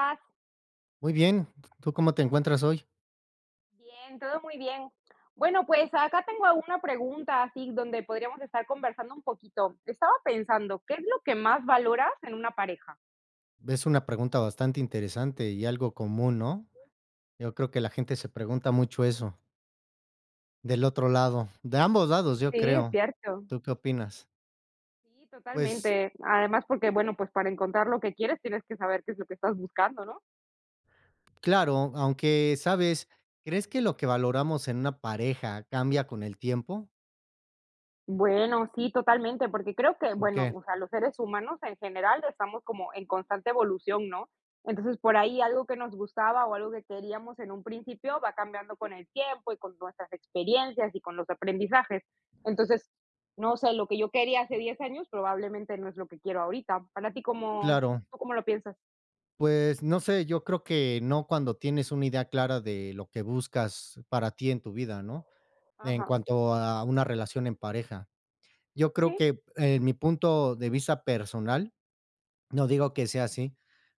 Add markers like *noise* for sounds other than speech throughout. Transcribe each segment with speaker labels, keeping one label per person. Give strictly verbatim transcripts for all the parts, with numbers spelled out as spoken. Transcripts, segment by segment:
Speaker 1: Estás?
Speaker 2: Muy bien, ¿tú cómo te encuentras hoy?
Speaker 1: Bien, todo muy bien. Bueno, pues acá tengo una pregunta así donde podríamos estar conversando un poquito. Estaba pensando, ¿qué es lo que más valoras en una pareja?
Speaker 2: Es una pregunta bastante interesante y algo común, ¿no? Yo creo que la gente se pregunta mucho eso, del otro lado, de ambos lados, yo
Speaker 1: Sí, es
Speaker 2: creo.
Speaker 1: cierto.
Speaker 2: ¿Tú qué opinas?
Speaker 1: Sí,
Speaker 2: Pues
Speaker 1: totalmente. Además, porque bueno, pues para encontrar lo que quieres tienes que saber qué es lo que estás buscando, ¿no?
Speaker 2: claro, aunque sabes, ¿crees que lo que valoramos en una pareja cambia con el tiempo?
Speaker 1: Bueno, sí, totalmente, porque creo que,
Speaker 2: ¿Por
Speaker 1: bueno,
Speaker 2: qué?
Speaker 1: o sea, los seres humanos en general estamos como en constante evolución, ¿no? Entonces, por ahí algo que nos gustaba o algo que queríamos en un principio va cambiando con el tiempo y con nuestras experiencias y con los aprendizajes. Entonces, no sé, lo que yo quería hace diez años probablemente no es lo que quiero ahorita. Para ti, ¿cómo,
Speaker 2: Claro,
Speaker 1: tú cómo lo piensas?
Speaker 2: pues no sé, yo creo que no cuando tienes una idea clara de lo que buscas para ti en tu vida, ¿no? En
Speaker 1: Ajá,
Speaker 2: cuanto a una relación en pareja. Yo creo
Speaker 1: sí,
Speaker 2: que eh, en mi punto de vista personal, no digo que sea así,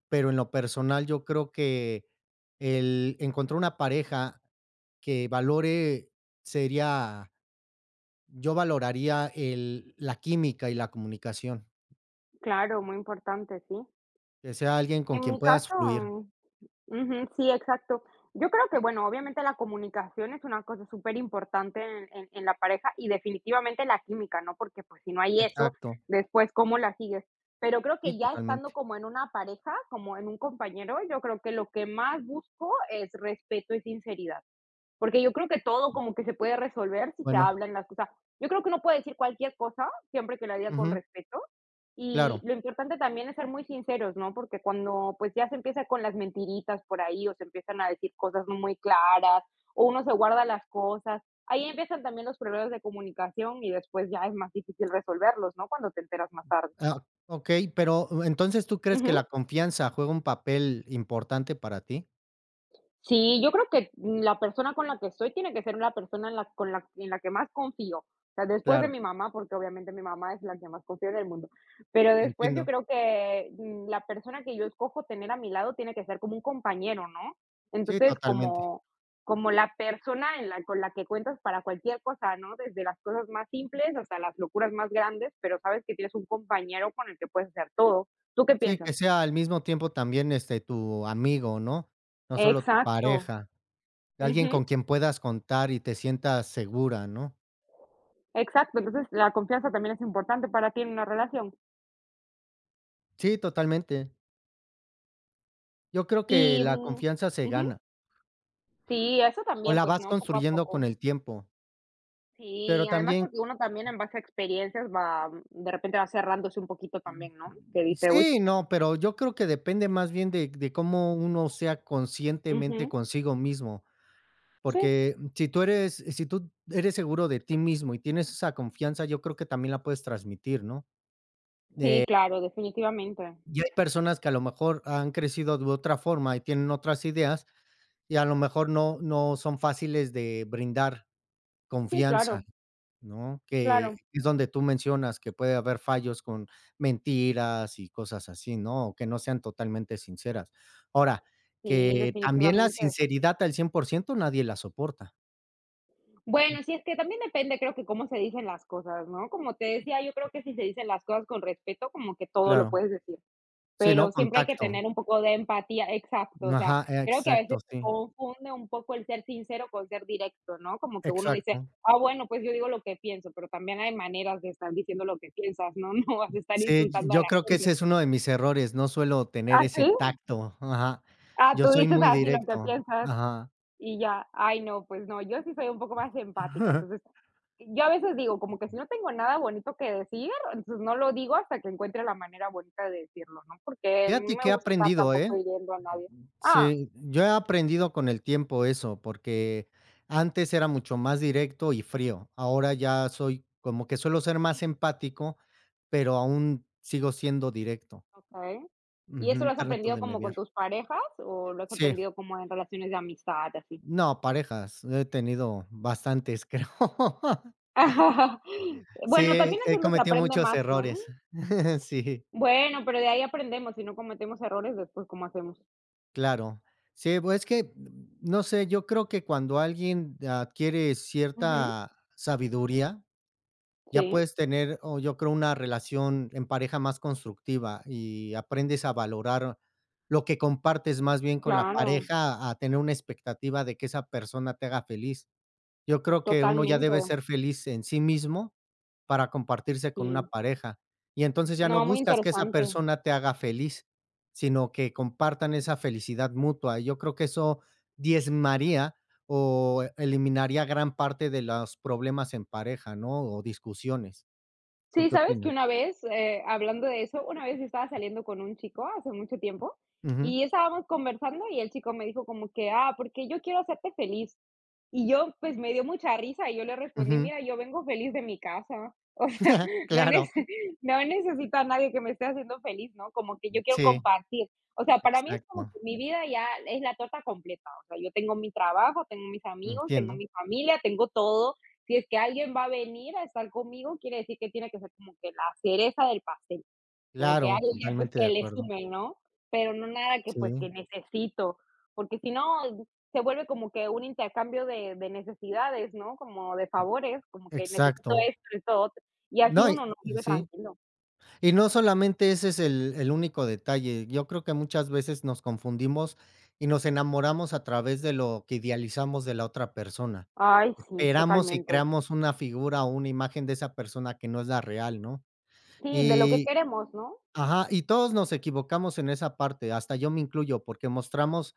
Speaker 2: pero en lo personal yo creo que el encontrar una pareja que valore sería yo valoraría el la química y la comunicación,
Speaker 1: claro, muy importante, sí.
Speaker 2: que sea alguien con
Speaker 1: En
Speaker 2: quien
Speaker 1: mi
Speaker 2: puedas
Speaker 1: caso,
Speaker 2: fluir.
Speaker 1: ujú, sí, exacto. Yo creo que, bueno, obviamente la comunicación es una cosa superimportante en en en la pareja y definitivamente la química, ¿no? Porque, pues, si no hay eso,
Speaker 2: Exacto,
Speaker 1: después, ¿cómo la sigues? Pero creo
Speaker 2: sí,
Speaker 1: que ya estando
Speaker 2: totalmente.
Speaker 1: como en una pareja, como en un compañero, yo creo que lo que más busco es respeto y sinceridad. Porque yo creo que todo como que se puede resolver si se
Speaker 2: Bueno,
Speaker 1: hablan las cosas. Yo creo que uno puede decir cualquier cosa, siempre que la diga con
Speaker 2: ujú,
Speaker 1: respeto. Y
Speaker 2: claro.
Speaker 1: lo importante también es ser muy sinceros, ¿no? Porque cuando pues ya se empieza con las mentiritas por ahí o se empiezan a decir cosas no muy claras o uno se guarda las cosas, ahí empiezan también los problemas de comunicación y después ya es más difícil resolverlos, ¿no? Cuando te enteras más tarde.
Speaker 2: Ah, okey, pero uh, entonces, ¿tú crees que la
Speaker 1: Ujú.
Speaker 2: confianza juega un papel importante para ti?
Speaker 1: Sí, yo creo que la persona con la que estoy tiene que ser una persona en la con la en la que más confío. O sea, después de
Speaker 2: Claro,
Speaker 1: mi mamá, porque obviamente mi mamá es la que más confío en el mundo. Pero después yo
Speaker 2: entiendo.
Speaker 1: creo que, mm, la persona que yo escojo tener a mi lado tiene que ser como un compañero, ¿no?
Speaker 2: Sí,
Speaker 1: Entonces,
Speaker 2: totalmente.
Speaker 1: como como la persona en la con la que cuentas para cualquier cosa, ¿no? Desde las cosas más simples hasta las locuras más grandes, pero sabes que tienes un compañero con el que puedes hacer todo. ¿Tú qué
Speaker 2: Sí,
Speaker 1: piensas?
Speaker 2: que sea al mismo tiempo también, este, tu amigo, ¿no? No solo tu
Speaker 1: Exacto.
Speaker 2: pareja, alguien
Speaker 1: Ujú.
Speaker 2: con quien puedas contar y te sientas segura, ¿no?
Speaker 1: Exacto, entonces la confianza también es importante para ti en una relación.
Speaker 2: Sí, totalmente. Yo creo que
Speaker 1: Y,
Speaker 2: la
Speaker 1: mm,
Speaker 2: confianza se
Speaker 1: ujú,
Speaker 2: gana,
Speaker 1: sí, eso
Speaker 2: o
Speaker 1: también,
Speaker 2: la
Speaker 1: pues,
Speaker 2: vas
Speaker 1: ¿no? Poco a
Speaker 2: construyendo con
Speaker 1: poco.
Speaker 2: el tiempo, pero
Speaker 1: Sí, además
Speaker 2: también
Speaker 1: porque uno también en base a experiencias va, mm, de repente va cerrándose un poquito también, ¿no? Que dice, uy.
Speaker 2: sí, no, pero yo creo que depende más bien de de cómo uno sea conscientemente
Speaker 1: Ujú,
Speaker 2: consigo mismo,
Speaker 1: sí,
Speaker 2: porque si tú eres si tú eres seguro de ti mismo y tienes esa confianza, yo creo que también la puedes transmitir, ¿no?
Speaker 1: sí, claro, definitivamente.
Speaker 2: Y hay personas que a lo mejor han crecido de otra forma y tienen otras ideas, y a lo mejor no no son fáciles de brindar
Speaker 1: Sí,
Speaker 2: confianza,
Speaker 1: claro,
Speaker 2: ¿no? Que
Speaker 1: claro.
Speaker 2: es donde tú mencionas que puede haber fallos con mentiras y cosas así, ¿no? O que no sean totalmente sinceras. Ahora,
Speaker 1: Sí,
Speaker 2: que también la
Speaker 1: definitivamente.
Speaker 2: sinceridad al cien por ciento nadie la soporta,
Speaker 1: Bueno, sí, es que también depende, creo que cómo se dicen las cosas, ¿no? Como te decía, yo creo que si se dicen las cosas con respeto, como que todo lo
Speaker 2: claro.
Speaker 1: puedes decir.
Speaker 2: Sí, ¿no?
Speaker 1: Pero siempre hay que
Speaker 2: Contacto.
Speaker 1: tener un poco de empatía, exacto, o sea,
Speaker 2: Ajá,
Speaker 1: creo que a veces
Speaker 2: exacto,
Speaker 1: se
Speaker 2: sí,
Speaker 1: confunde un poco el ser sincero con ser directo, ¿no? Como que uno dice,
Speaker 2: exacto.
Speaker 1: ah, bueno, pues yo digo lo que pienso, pero también hay maneras de estar diciendo lo que piensas, ¿no? *laughs* No vas a estar
Speaker 2: Sí, y
Speaker 1: insultando a
Speaker 2: yo
Speaker 1: la
Speaker 2: creo que ese
Speaker 1: gente.
Speaker 2: es uno de mis errores, no suelo tener
Speaker 1: ¿Ah,
Speaker 2: ese
Speaker 1: sí?
Speaker 2: tacto, ajá.
Speaker 1: Ah,
Speaker 2: Yo
Speaker 1: tú
Speaker 2: soy
Speaker 1: dices
Speaker 2: muy
Speaker 1: así lo que
Speaker 2: directo,
Speaker 1: piensas.
Speaker 2: ajá.
Speaker 1: Y ya, ay no, pues no, yo sí soy un poco más empática,
Speaker 2: *laughs*
Speaker 1: entonces, yo a veces digo, como que si no tengo nada bonito que decir, entonces no lo digo hasta que encuentre la manera bonita de decirlo, ¿no? Porque no
Speaker 2: Fíjate
Speaker 1: me
Speaker 2: que he
Speaker 1: gusta estar
Speaker 2: aprendido, ¿eh?
Speaker 1: tampoco hiriendo a nadie. Ah,
Speaker 2: Sí, yo he aprendido con el tiempo eso, porque antes era mucho más directo y frío. Ahora ya soy como que suelo ser más empático, pero aún sigo siendo directo.
Speaker 1: okey. ¿Y eso
Speaker 2: Ujú,
Speaker 1: lo has
Speaker 2: trato
Speaker 1: aprendido
Speaker 2: de
Speaker 1: como
Speaker 2: mediar.
Speaker 1: con tus parejas o lo has
Speaker 2: Sí,
Speaker 1: aprendido como en relaciones de amistad, así?
Speaker 2: no, parejas, he tenido bastantes, creo. *laughs*
Speaker 1: *laughs* Bueno,
Speaker 2: Sí,
Speaker 1: también es
Speaker 2: he
Speaker 1: donde se
Speaker 2: cometido
Speaker 1: aprende
Speaker 2: muchos
Speaker 1: más, ¿no?
Speaker 2: errores. *laughs* Sí,
Speaker 1: Bueno, pero de ahí aprendemos, si no cometemos errores después, ¿cómo hacemos?
Speaker 2: claro. Sí, pues, es que, no sé, yo creo que cuando alguien adquiere
Speaker 1: Ujú,
Speaker 2: cierta sabiduría, ya
Speaker 1: sí,
Speaker 2: puedes tener, o yo creo, una relación en pareja más constructiva y aprendes a valorar lo que compartes más bien con la
Speaker 1: claro,
Speaker 2: pareja, a tener una expectativa de que esa persona te haga feliz. Yo creo que uno ya
Speaker 1: totalmente,
Speaker 2: debe ser feliz en sí mismo para compartirse con una
Speaker 1: sí.
Speaker 2: pareja. Y entonces ya no
Speaker 1: No, muy
Speaker 2: buscas que esa
Speaker 1: interesante.
Speaker 2: persona te haga feliz, sino que compartan esa felicidad mutua. Yo creo que eso diezmaría o eliminaría gran parte de los problemas en pareja, ¿no? O discusiones. ¿Tú
Speaker 1: Sí,
Speaker 2: qué
Speaker 1: ¿sabes que
Speaker 2: opinas?
Speaker 1: una vez, eh, hablando de eso, una vez yo estaba saliendo con un chico hace mucho tiempo
Speaker 2: Ujú,
Speaker 1: y estábamos conversando y el chico me dijo como que, ah, porque yo quiero hacerte feliz. Y yo, pues me dio mucha risa y yo le respondí,
Speaker 2: ujú.
Speaker 1: mira, yo vengo feliz de mi casa. *laughs* O sea,
Speaker 2: *laughs*
Speaker 1: no,
Speaker 2: Claro.
Speaker 1: nece- no necesito a nadie que me esté haciendo feliz, ¿no? Como que yo quiero
Speaker 2: Sí,
Speaker 1: compartir. O sea, para mí es como
Speaker 2: exacto.
Speaker 1: que mi vida ya es la torta completa. O sea, yo tengo mi trabajo, tengo mis amigos, tengo
Speaker 2: Entiendo.
Speaker 1: mi familia, tengo todo. Si es que alguien va a venir a estar conmigo, quiere decir que tiene que ser como que la cereza del pastel, como que
Speaker 2: Claro,
Speaker 1: alguien ya, pues,
Speaker 2: totalmente de
Speaker 1: que le
Speaker 2: acuerdo.
Speaker 1: sume, ¿no? Pero no nada que, pues, que
Speaker 2: Sí,
Speaker 1: necesito, porque si no, se vuelve como que un intercambio de de necesidades, ¿no? Como de favores, como que necesito
Speaker 2: exacto.
Speaker 1: esto, esto, otro, y así
Speaker 2: No, y
Speaker 1: uno no vive
Speaker 2: sí.
Speaker 1: tranquilo.
Speaker 2: Y no solamente ese es el el único detalle. Yo creo que muchas veces nos confundimos y nos enamoramos a través de lo que idealizamos de la otra persona.
Speaker 1: Ay, sí,
Speaker 2: Esperamos y
Speaker 1: totalmente.
Speaker 2: creamos una figura o una imagen de esa persona que no es la real, ¿no?
Speaker 1: Sí, de lo que
Speaker 2: Y
Speaker 1: queremos, ¿no?
Speaker 2: ajá, y todos nos equivocamos en esa parte, hasta yo me incluyo, porque mostramos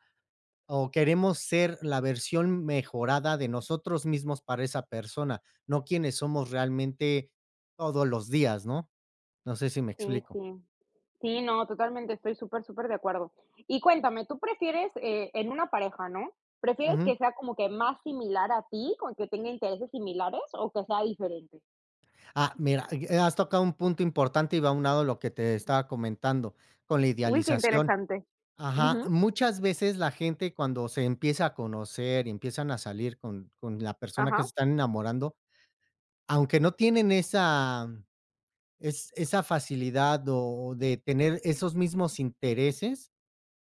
Speaker 2: o queremos ser la versión mejorada de nosotros mismos para esa persona, no quienes somos realmente todos los días, ¿no? No sé si me
Speaker 1: Sí,
Speaker 2: explico.
Speaker 1: sí. Sí, no, totalmente, estoy súper, súper de acuerdo. Y cuéntame, ¿tú prefieres, eh, en una pareja, no? ¿Prefieres que sea como que más similar a ti, con que tenga intereses similares o que sea diferente?
Speaker 2: Ah, mira, y has tocado un punto importante y va aunado lo que te estaba comentando con la
Speaker 1: Uy, qué
Speaker 2: idealización.
Speaker 1: interesante.
Speaker 2: Ajá,
Speaker 1: Ujú,
Speaker 2: muchas veces la gente cuando se empieza a conocer y empiezan a salir con con la persona que se
Speaker 1: ajá,
Speaker 2: están enamorando, aunque no tienen esa es esa facilidad o de tener esos mismos intereses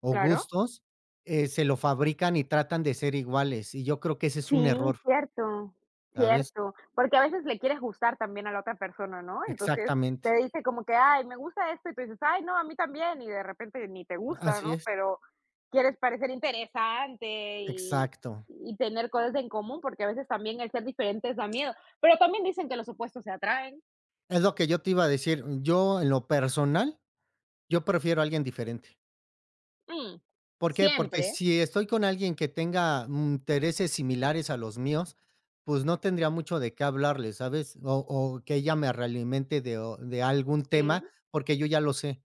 Speaker 2: o
Speaker 1: claro.
Speaker 2: gustos, eh, se lo fabrican y tratan de ser iguales, y yo creo que ese es un
Speaker 1: Sí,
Speaker 2: error,
Speaker 1: cierto,
Speaker 2: ¿sabes?
Speaker 1: cierto, porque a veces le quieres gustar también a la otra persona, ¿no? Entonces, te
Speaker 2: Exactamente,
Speaker 1: dice como que: "Ay, me gusta esto", y tú dices: "Ay, no, a mí también", y de repente ni te gusta,
Speaker 2: así
Speaker 1: ¿no?
Speaker 2: es,
Speaker 1: Pero quieres parecer interesante y
Speaker 2: exacto.
Speaker 1: y tener cosas en común, porque a veces también el ser diferentes da miedo, pero también dicen que los opuestos se atraen.
Speaker 2: Es lo que yo te iba a decir. Yo, en lo personal, yo prefiero a alguien diferente.
Speaker 1: Mm,
Speaker 2: ¿Por qué? Porque
Speaker 1: siempre.
Speaker 2: si estoy con alguien que tenga mm, intereses similares a los míos, pues no tendría mucho de qué hablarle, ¿sabes? O o que ella me realimente de o de algún tema,
Speaker 1: Sí.
Speaker 2: porque yo ya lo sé,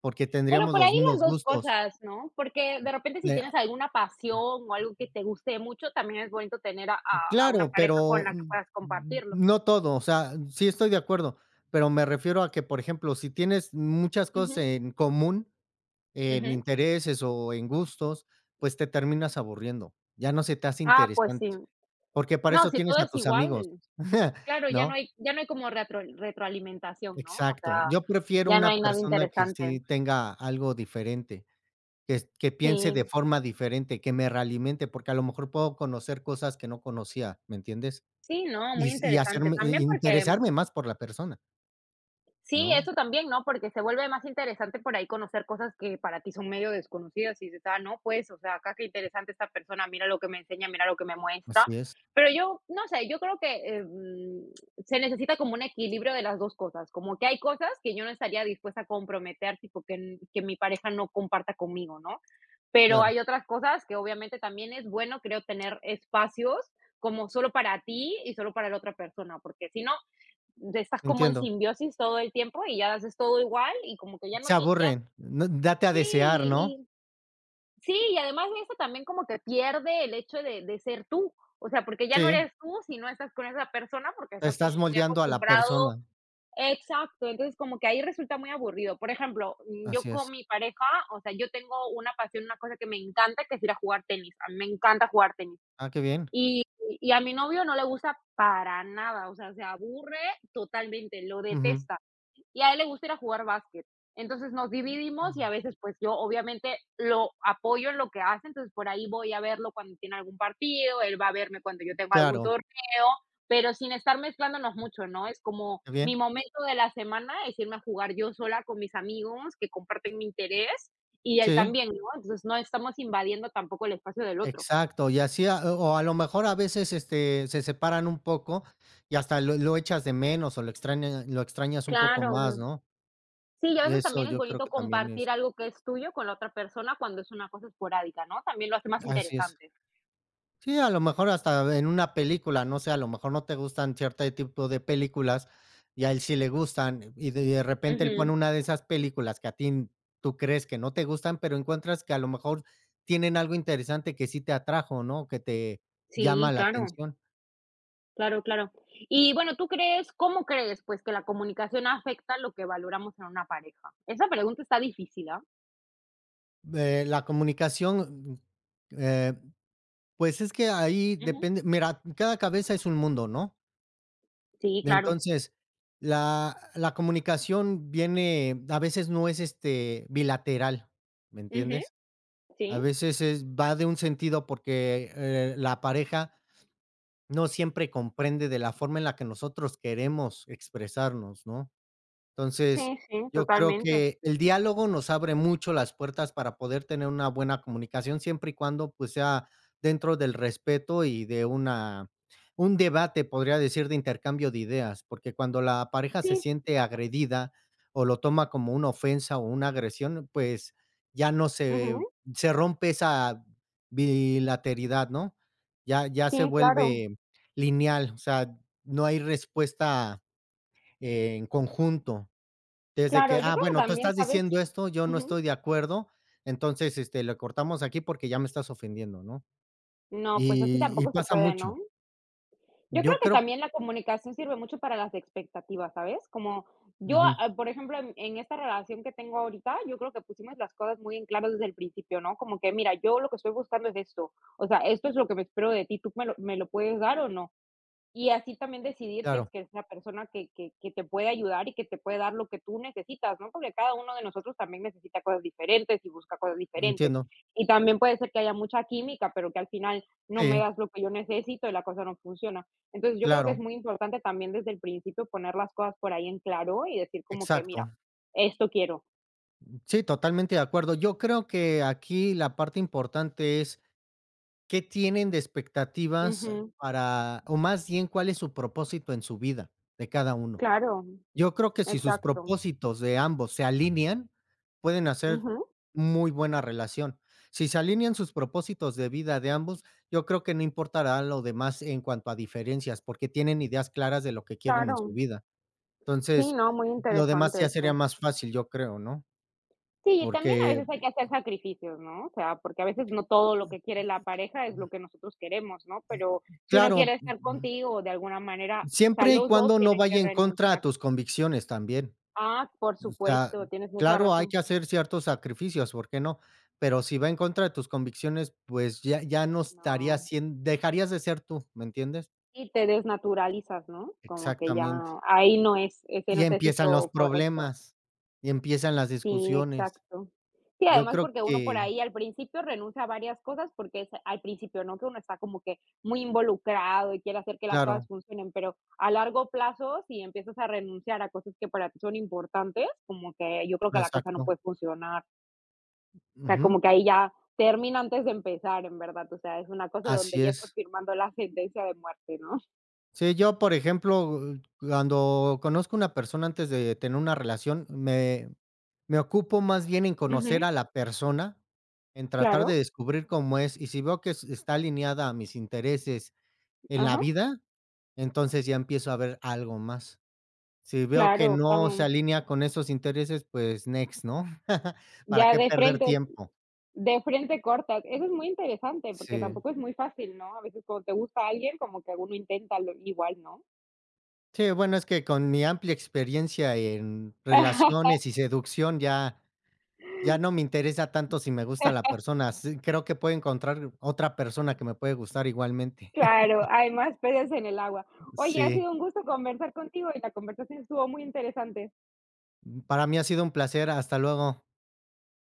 Speaker 2: porque
Speaker 1: Bueno,
Speaker 2: tendríamos
Speaker 1: por
Speaker 2: los
Speaker 1: ahí las
Speaker 2: mismos
Speaker 1: dos
Speaker 2: gustos.
Speaker 1: cosas, ¿no? Porque de repente si
Speaker 2: Eh,
Speaker 1: tienes alguna pasión o algo que te guste mucho, también es bonito tener a a a una
Speaker 2: claro,
Speaker 1: pareja con
Speaker 2: pero,
Speaker 1: la que
Speaker 2: mm,
Speaker 1: puedas
Speaker 2: mm,
Speaker 1: compartirlo.
Speaker 2: no todo, o sea, sí estoy de acuerdo, pero me refiero a que, por ejemplo, si tienes muchas cosas
Speaker 1: Ujú,
Speaker 2: en común, en
Speaker 1: ujú.
Speaker 2: intereses o en gustos, pues te terminas aburriendo, ya no se te hace
Speaker 1: Ah, pues sí.
Speaker 2: interesante, porque para
Speaker 1: No,
Speaker 2: eso
Speaker 1: si
Speaker 2: tienes
Speaker 1: todo
Speaker 2: a
Speaker 1: es
Speaker 2: tus amigos,
Speaker 1: igual,
Speaker 2: *laughs*
Speaker 1: claro, ya no
Speaker 2: ¿no?
Speaker 1: hay ya no hay como retro retroalimentación, ¿no? O
Speaker 2: Exacto.
Speaker 1: sea,
Speaker 2: Yo prefiero
Speaker 1: ya no
Speaker 2: una
Speaker 1: hay nada
Speaker 2: persona que
Speaker 1: interesante.
Speaker 2: sí tenga algo diferente, que es- que piense de
Speaker 1: Sí,
Speaker 2: forma diferente, que me realimente, porque a lo mejor puedo conocer cosas que no conocía, ¿me entiendes?
Speaker 1: sí, no,
Speaker 2: Y
Speaker 1: muy
Speaker 2: s y
Speaker 1: interesante.
Speaker 2: hacerme i
Speaker 1: También porque
Speaker 2: interesarme más por la persona,
Speaker 1: sí,
Speaker 2: ¿no?
Speaker 1: eso también, ¿no? Porque se vuelve más interesante por ahí conocer cosas que para ti son medio desconocidas y dices, ah, no, pues, o sea, acá qué interesante esta persona, mira lo que me enseña, mira lo que me muestra.
Speaker 2: Así es,
Speaker 1: Pero yo, no sé, yo creo que eh, mm, se necesita como un equilibrio de las dos cosas, como que hay cosas que yo no estaría dispuesta a comprometer, tipo que, n- que mi pareja no comparta conmigo, ¿no? Pero
Speaker 2: claro,
Speaker 1: hay otras cosas que obviamente también es bueno, creo, tener espacios como solo para ti y solo para la otra persona, porque si no, estás como en
Speaker 2: entiendo.
Speaker 1: simbiosis todo el tiempo y ya haces todo igual y como que ya
Speaker 2: Se
Speaker 1: no te, ya
Speaker 2: aburren, no date a
Speaker 1: sí,
Speaker 2: desear, ¿no?
Speaker 1: y, sí, y además de eso también como que pierde el hecho de, de ser tú, o sea, porque ya no
Speaker 2: Sí,
Speaker 1: eres tú si no estás con esa persona porque
Speaker 2: te
Speaker 1: estás
Speaker 2: estás
Speaker 1: como muy
Speaker 2: moldeando a la
Speaker 1: acostumbrado.
Speaker 2: persona.
Speaker 1: Exacto, entonces como que ahí resulta muy aburrido. Por ejemplo, mm, yo
Speaker 2: Así es.
Speaker 1: con mi pareja, o sea, yo tengo una pasión, una cosa que me encanta, que es ir a jugar tenis. A mí me encanta jugar tenis.
Speaker 2: Ah, qué bien.
Speaker 1: Y, y a mi novio no le gusta para nada, o sea, se aburre totalmente, lo
Speaker 2: Ujú.
Speaker 1: detesta y a él le gusta ir a jugar básquet. Entonces nos dividimos y
Speaker 2: Mm.
Speaker 1: a veces pues yo obviamente lo apoyo en lo que hace, entonces por ahí voy a verlo cuando tiene algún partido, él va a verme cuando yo tengo algún
Speaker 2: Claro,
Speaker 1: torneo, pero sin estar mezclándonos mucho, ¿no? Es como
Speaker 2: qué
Speaker 1: mi
Speaker 2: bien.
Speaker 1: momento de la semana es irme a jugar yo sola con mis amigos que comparten mi interés y él
Speaker 2: Sí,
Speaker 1: también, ¿no? Entonces no estamos invadiendo tampoco el espacio del otro.
Speaker 2: exacto. Y así, a o o a lo mejor a veces, este, se separan un poco y hasta lo lo echas de menos o lo extraña lo extrañas un poco más,
Speaker 1: Claro.
Speaker 2: ¿no?
Speaker 1: Sí, y a veces
Speaker 2: Eso
Speaker 1: también es
Speaker 2: yo creo
Speaker 1: bonito
Speaker 2: que también es.
Speaker 1: compartir algo que es tuyo con la otra persona cuando es una cosa esporádica, ¿no? También lo hace más
Speaker 2: Así es.
Speaker 1: interesante.
Speaker 2: Sí, a lo mejor hasta en una película, no sé, a lo mejor no te gustan cierto tipo de películas y a él sí le gustan, y de de repente él pone
Speaker 1: Ujú.
Speaker 2: una de esas películas que a ti n- tú crees que no te gustan, pero encuentras que a lo mejor tienen algo interesante que sí te atrajo, ¿no? Que te llama
Speaker 1: Sí,
Speaker 2: la
Speaker 1: claro,
Speaker 2: atención.
Speaker 1: claro, claro. Y bueno, ¿tú crees, cómo crees, pues, que la comunicación afecta lo que valoramos en una pareja? Esa pregunta está difícil, ¿ah?
Speaker 2: Eh, la comunicación, eh, pues es que ahí
Speaker 1: Ujú.
Speaker 2: depende, mira, cada cabeza es un mundo, ¿no?
Speaker 1: Sí, claro.
Speaker 2: Entonces, la la comunicación viene a veces no es, este, bilateral, ¿me
Speaker 1: Ujú.
Speaker 2: entiendes? A
Speaker 1: Sí,
Speaker 2: veces es va de un sentido porque, eh, la pareja no siempre comprende de la forma en la que nosotros queremos expresarnos, ¿no? Entonces,
Speaker 1: sí, sí,
Speaker 2: yo creo
Speaker 1: totalmente.
Speaker 2: que el diálogo nos abre mucho las puertas para poder tener una buena comunicación, siempre y cuando, pues, sea dentro del respeto y de una un debate, podría decir, de intercambio de ideas, porque cuando la pareja se
Speaker 1: Sí,
Speaker 2: siente agredida o lo toma como una ofensa o una agresión, pues, ya no se
Speaker 1: ujú.
Speaker 2: se rompe esa bilateralidad, ¿no? Ya ya se
Speaker 1: Sí, claro.
Speaker 2: vuelve lineal, o sea, no hay respuesta eh, en conjunto. Desde que:
Speaker 1: Claro, yo
Speaker 2: "Ah,
Speaker 1: creo que
Speaker 2: bueno, tú
Speaker 1: también,
Speaker 2: estás
Speaker 1: ¿sabes?
Speaker 2: diciendo esto, yo no
Speaker 1: Ujú.
Speaker 2: estoy de acuerdo, entonces, este, le cortamos aquí porque ya me estás ofendiendo", ¿no?
Speaker 1: No, pues así
Speaker 2: Y y
Speaker 1: tampoco se
Speaker 2: pasa
Speaker 1: puede, ¿no?
Speaker 2: mucho.
Speaker 1: Yo creo
Speaker 2: Yo
Speaker 1: que
Speaker 2: creo
Speaker 1: también la comunicación sirve mucho para las expectativas, ¿sabes? Como yo, ah,
Speaker 2: ujú,
Speaker 1: ah, por ejemplo, en en esta relación que tengo ahorita, yo creo que pusimos las cosas muy en claro desde el principio, ¿no? Como que, mira, yo lo que estoy buscando es esto. O sea, esto es lo que me espero de ti. ¿Tú me lo, me lo puedes dar o no? Y así también decidir si es
Speaker 2: claro,
Speaker 1: que es la persona que, que, que, te puede ayudar y que te puede dar lo que tú necesitas, ¿no? Porque cada uno de nosotros también necesita cosas diferentes y busca cosas diferentes.
Speaker 2: entiendo.
Speaker 1: Y también puede ser que haya mucha química, pero que al final no me
Speaker 2: Sí,
Speaker 1: das lo que yo necesito y la cosa no funciona. Entonces yo creo que es
Speaker 2: claro,
Speaker 1: muy importante también desde el principio poner las cosas por ahí en claro y decir como que, mira,
Speaker 2: exacto.
Speaker 1: esto quiero.
Speaker 2: Sí, totalmente de acuerdo. Yo creo que aquí la parte importante es, ¿qué tienen de expectativas
Speaker 1: Ujú,
Speaker 2: para o más bien cuál es su propósito en su vida de cada uno?
Speaker 1: claro,
Speaker 2: Yo creo que si sus
Speaker 1: exacto.
Speaker 2: propósitos de ambos se alinean, pueden hacer
Speaker 1: Ujú,
Speaker 2: muy buena relación. Si se alinean sus propósitos de vida de ambos, yo creo que no importará lo demás en cuanto a diferencias, porque tienen ideas claras de lo que quieren en su
Speaker 1: claro.
Speaker 2: vida.
Speaker 1: Sí,
Speaker 2: Entonces,
Speaker 1: no, muy
Speaker 2: lo demás
Speaker 1: interesante
Speaker 2: ya sería
Speaker 1: eso.
Speaker 2: más fácil, yo creo, ¿no?
Speaker 1: Sí, y también a
Speaker 2: Porque
Speaker 1: veces hay que hacer sacrificios, ¿no? O sea, porque a veces no todo lo que quiere la pareja es lo que nosotros queremos, ¿no? Pero si uno
Speaker 2: claro,
Speaker 1: quiere estar contigo de alguna manera, o sea,
Speaker 2: siempre y
Speaker 1: los dos
Speaker 2: cuando no
Speaker 1: tienen que
Speaker 2: vaya en contra a
Speaker 1: renunciar.
Speaker 2: tus convicciones también.
Speaker 1: Ah, por
Speaker 2: O sea,
Speaker 1: supuesto, tienes mucha
Speaker 2: claro, hay
Speaker 1: razón.
Speaker 2: que hacer ciertos sacrificios, ¿por qué no? Pero si va en contra de tus convicciones, pues ya ya no
Speaker 1: No.
Speaker 2: estarías siendo, dejarías de ser tú, ¿me entiendes?
Speaker 1: Y te desnaturalizas, ¿no? Como que ya
Speaker 2: Exactamente.
Speaker 1: ahí no es, ese
Speaker 2: Y
Speaker 1: no es el
Speaker 2: empiezan los
Speaker 1: sitio correcto.
Speaker 2: problemas, y empiezan las
Speaker 1: Sí,
Speaker 2: discusiones.
Speaker 1: exacto. Sí,
Speaker 2: Yo
Speaker 1: además
Speaker 2: creo
Speaker 1: porque uno por
Speaker 2: que
Speaker 1: ahí al principio renuncia a varias cosas, porque es al principio, ¿no? Que uno está como que muy involucrado y quiere hacer que las cosas
Speaker 2: claro,
Speaker 1: funcionen, pero a largo plazo, si empiezas a renunciar a cosas que para ti son importantes, como que yo creo que la cosa no
Speaker 2: exacto.
Speaker 1: puede funcionar. O sea,
Speaker 2: Ujú,
Speaker 1: como que ahí ya termina antes de empezar, en verdad. O sea, es una cosa donde
Speaker 2: así
Speaker 1: ya estás
Speaker 2: es.
Speaker 1: firmando la sentencia de muerte, ¿no?
Speaker 2: Sí, yo, por ejemplo, eh, cuando conozco una persona antes de tener una relación, me me ocupo más bien en
Speaker 1: Ujú,
Speaker 2: conocer a la persona, en tratar de
Speaker 1: claro,
Speaker 2: descubrir cómo es, y si veo que es está alineada a mis intereses en la
Speaker 1: ajá,
Speaker 2: vida, entonces ya empiezo a ver algo más. Si veo que
Speaker 1: claro,
Speaker 2: no se
Speaker 1: con
Speaker 2: alinea con esos intereses, pues next, ¿no? *laughs* ¿Para
Speaker 1: ya
Speaker 2: qué
Speaker 1: de
Speaker 2: perder
Speaker 1: frente
Speaker 2: tiempo?
Speaker 1: De frente cortas. Eso es muy interesante, porque
Speaker 2: Sí.
Speaker 1: tampoco es muy fácil, ¿no? A veces cuando te gusta alguien, como que uno intenta lo igual, ¿no?
Speaker 2: Sí, bueno, es que con mi amplia experiencia en
Speaker 1: *laughs*
Speaker 2: relaciones y seducción ya ya no me interesa tanto si me gusta la persona, sí, creo que puedo encontrar otra persona que me puede gustar igualmente. *laughs*
Speaker 1: Claro, hay más peces en el agua. Oye, ha
Speaker 2: Sí,
Speaker 1: sido un gusto conversar contigo y la conversación estuvo muy interesante.
Speaker 2: para mí ha sido un placer, hasta luego.